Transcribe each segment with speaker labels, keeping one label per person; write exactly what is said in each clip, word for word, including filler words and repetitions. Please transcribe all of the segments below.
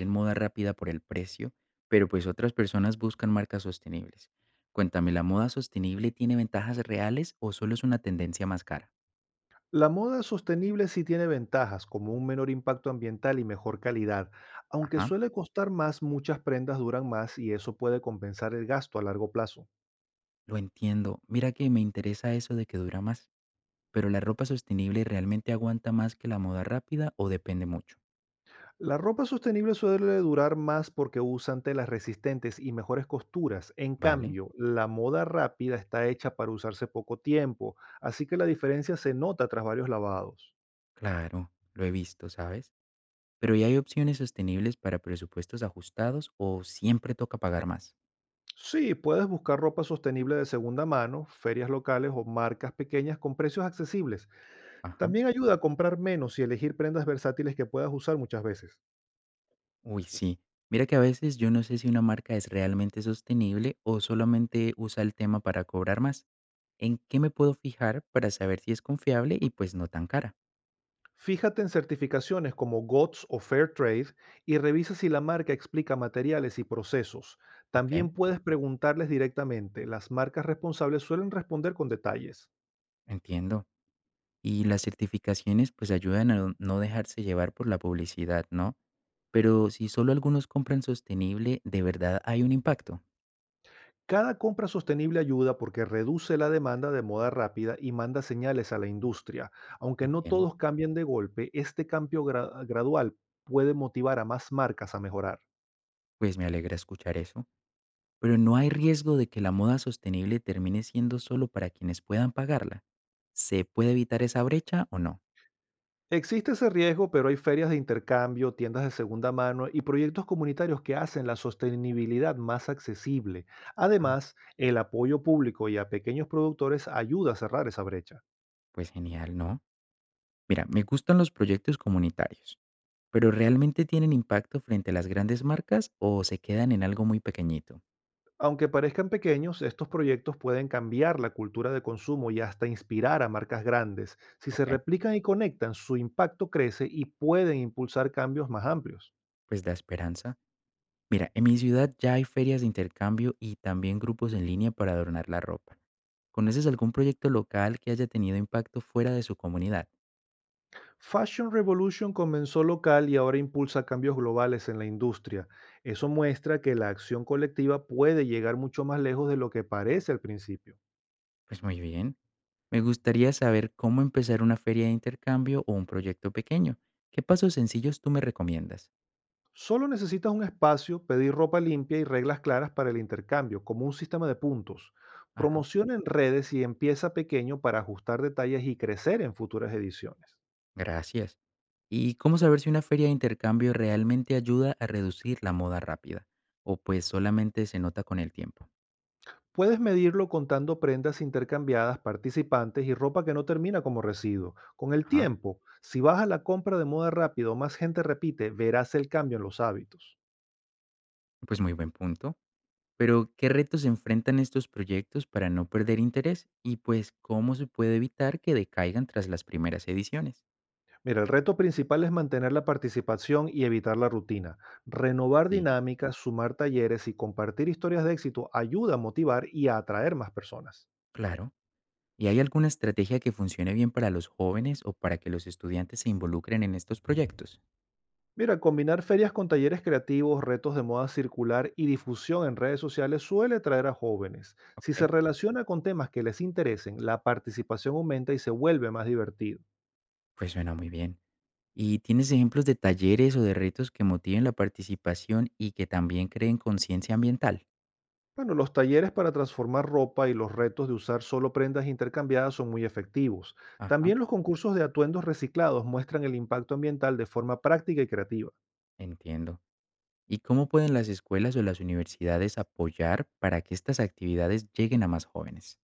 Speaker 1: En moda rápida por el precio, pero pues otras personas buscan marcas sostenibles. Cuéntame, ¿la moda sostenible tiene ventajas reales o solo es una tendencia más cara?
Speaker 2: La moda sostenible sí tiene ventajas, como un menor impacto ambiental y mejor calidad, aunque
Speaker 1: Ajá,
Speaker 2: suele costar más, muchas prendas duran más y eso puede compensar el gasto a largo plazo.
Speaker 1: lo entiendo. Mira que me interesa eso de que dura más, pero ¿la ropa sostenible realmente aguanta más que la moda rápida o depende mucho?
Speaker 2: La ropa sostenible suele durar más porque usan telas resistentes y mejores costuras. En
Speaker 1: Vale,
Speaker 2: cambio, la moda rápida está hecha para usarse poco tiempo, así que la diferencia se nota tras varios lavados.
Speaker 1: claro, lo he visto, ¿sabes? Pero ¿ya hay opciones sostenibles para presupuestos ajustados o siempre toca pagar más?
Speaker 2: Sí, puedes buscar ropa sostenible de segunda mano, ferias locales o marcas pequeñas con precios accesibles.
Speaker 1: Ajá.
Speaker 2: También ayuda a comprar menos y elegir prendas versátiles que puedas usar muchas veces.
Speaker 1: Uy, sí. Mira que a veces yo no sé si una marca es realmente sostenible o solamente usa el tema para cobrar más. ¿En qué me puedo fijar para saber si es confiable y pues no tan cara?
Speaker 2: Fíjate en certificaciones como G O T S o Fairtrade y revisa si la marca explica materiales y procesos.
Speaker 1: Ok,
Speaker 2: También puedes preguntarles directamente. Las marcas responsables suelen responder con detalles.
Speaker 1: entiendo. Y las certificaciones pues ayudan a no no dejarse llevar por la publicidad, ¿no? Pero si solo algunos compran sostenible, ¿de verdad hay un impacto?
Speaker 2: Cada compra sostenible ayuda porque reduce la demanda de moda rápida y manda señales a la industria. Aunque no
Speaker 1: Entiendo.
Speaker 2: todos cambien de golpe, este cambio gra- gradual puede motivar a más marcas a mejorar.
Speaker 1: Pues me alegra escuchar eso. Pero ¿no hay riesgo de que la moda sostenible termine siendo solo para quienes puedan pagarla? ¿Se puede evitar esa brecha o no?
Speaker 2: Existe ese riesgo, pero hay ferias de intercambio, tiendas de segunda mano y proyectos comunitarios que hacen la sostenibilidad más accesible.
Speaker 1: Ah,
Speaker 2: Además, el apoyo público y a pequeños productores ayuda a cerrar esa brecha.
Speaker 1: pues genial, ¿no? Mira, me gustan los proyectos comunitarios, pero ¿realmente tienen impacto frente a las grandes marcas o se quedan en algo muy pequeñito?
Speaker 2: Aunque parezcan pequeños, estos proyectos pueden cambiar la cultura de consumo y hasta inspirar a marcas grandes. Si se
Speaker 1: Ok,
Speaker 2: replican y conectan, su impacto crece y pueden impulsar cambios más amplios.
Speaker 1: pues da esperanza. Mira, en mi ciudad ya hay ferias de intercambio y también grupos en línea para adornar la ropa. ¿Conoces algún proyecto local que haya tenido impacto fuera de su comunidad?
Speaker 2: Fashion Revolution comenzó local y ahora impulsa cambios globales en la industria. Eso muestra que la acción colectiva puede llegar mucho más lejos de lo que parece al principio.
Speaker 1: Pues muy bien. Me gustaría saber cómo empezar una feria de intercambio o un proyecto pequeño. ¿Qué pasos sencillos tú me recomiendas?
Speaker 2: Solo necesitas un espacio, pedir ropa limpia y reglas claras para el intercambio, como un sistema de puntos.
Speaker 1: Ajá.
Speaker 2: Promociona en redes y empieza pequeño para ajustar detalles y crecer en futuras ediciones.
Speaker 1: Gracias. ¿Y cómo saber si una feria de intercambio realmente ayuda a reducir la moda rápida? ¿O pues solamente se nota con el tiempo?
Speaker 2: Puedes medirlo contando prendas intercambiadas, participantes y ropa que no termina como residuo. Con el
Speaker 1: Ajá.
Speaker 2: tiempo, si baja la compra de moda rápido, más gente repite, verás el cambio en los hábitos.
Speaker 1: Pues muy buen punto. Pero ¿qué retos enfrentan estos proyectos para no perder interés? Y pues ¿cómo se puede evitar que decaigan tras las primeras ediciones?
Speaker 2: Mira, el reto principal es mantener la participación y evitar la rutina. Renovar
Speaker 1: Sí.
Speaker 2: dinámicas, sumar talleres y compartir historias de éxito ayuda a motivar y a atraer más personas.
Speaker 1: Claro. ¿Y hay alguna estrategia que funcione bien para los jóvenes o para que los estudiantes se involucren en estos proyectos?
Speaker 2: Mira, combinar ferias con talleres creativos, retos de moda circular y difusión en redes sociales suele atraer a jóvenes. Si se
Speaker 1: Ok.
Speaker 2: relaciona con temas que les interesen, la participación aumenta y se vuelve más divertido.
Speaker 1: Pues suena muy bien. ¿Y tienes ejemplos de talleres o de retos que motiven la participación y que también creen conciencia ambiental?
Speaker 2: Bueno, los talleres para transformar ropa y los retos de usar solo prendas intercambiadas son muy efectivos.
Speaker 1: Ajá,
Speaker 2: También los concursos de atuendos reciclados muestran el impacto ambiental de forma práctica y creativa.
Speaker 1: entiendo. ¿Y cómo pueden las escuelas o las universidades apoyar para que estas actividades lleguen a más jóvenes?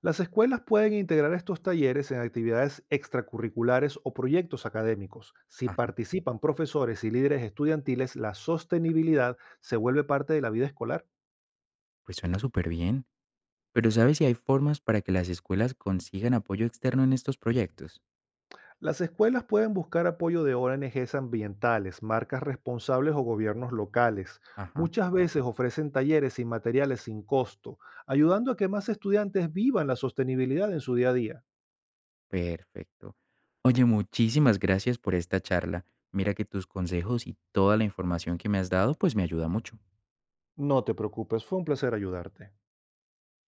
Speaker 2: Las escuelas pueden integrar estos talleres en actividades extracurriculares o proyectos académicos. Si
Speaker 1: Ajá,
Speaker 2: participan profesores y líderes estudiantiles, la sostenibilidad se vuelve parte de la vida escolar.
Speaker 1: pues suena súper bien. Pero ¿sabes si hay formas para que las escuelas consigan apoyo externo en estos proyectos?
Speaker 2: Las escuelas pueden buscar apoyo de O N Ges ambientales, marcas responsables o gobiernos locales.
Speaker 1: Ajá.
Speaker 2: Muchas veces ofrecen talleres y materiales sin costo, ayudando a que más estudiantes vivan la sostenibilidad en su día a día.
Speaker 1: Perfecto. Oye, muchísimas gracias por esta charla. Mira que tus consejos y toda la información que me has dado, pues me ayuda mucho.
Speaker 2: No te preocupes, fue un placer ayudarte.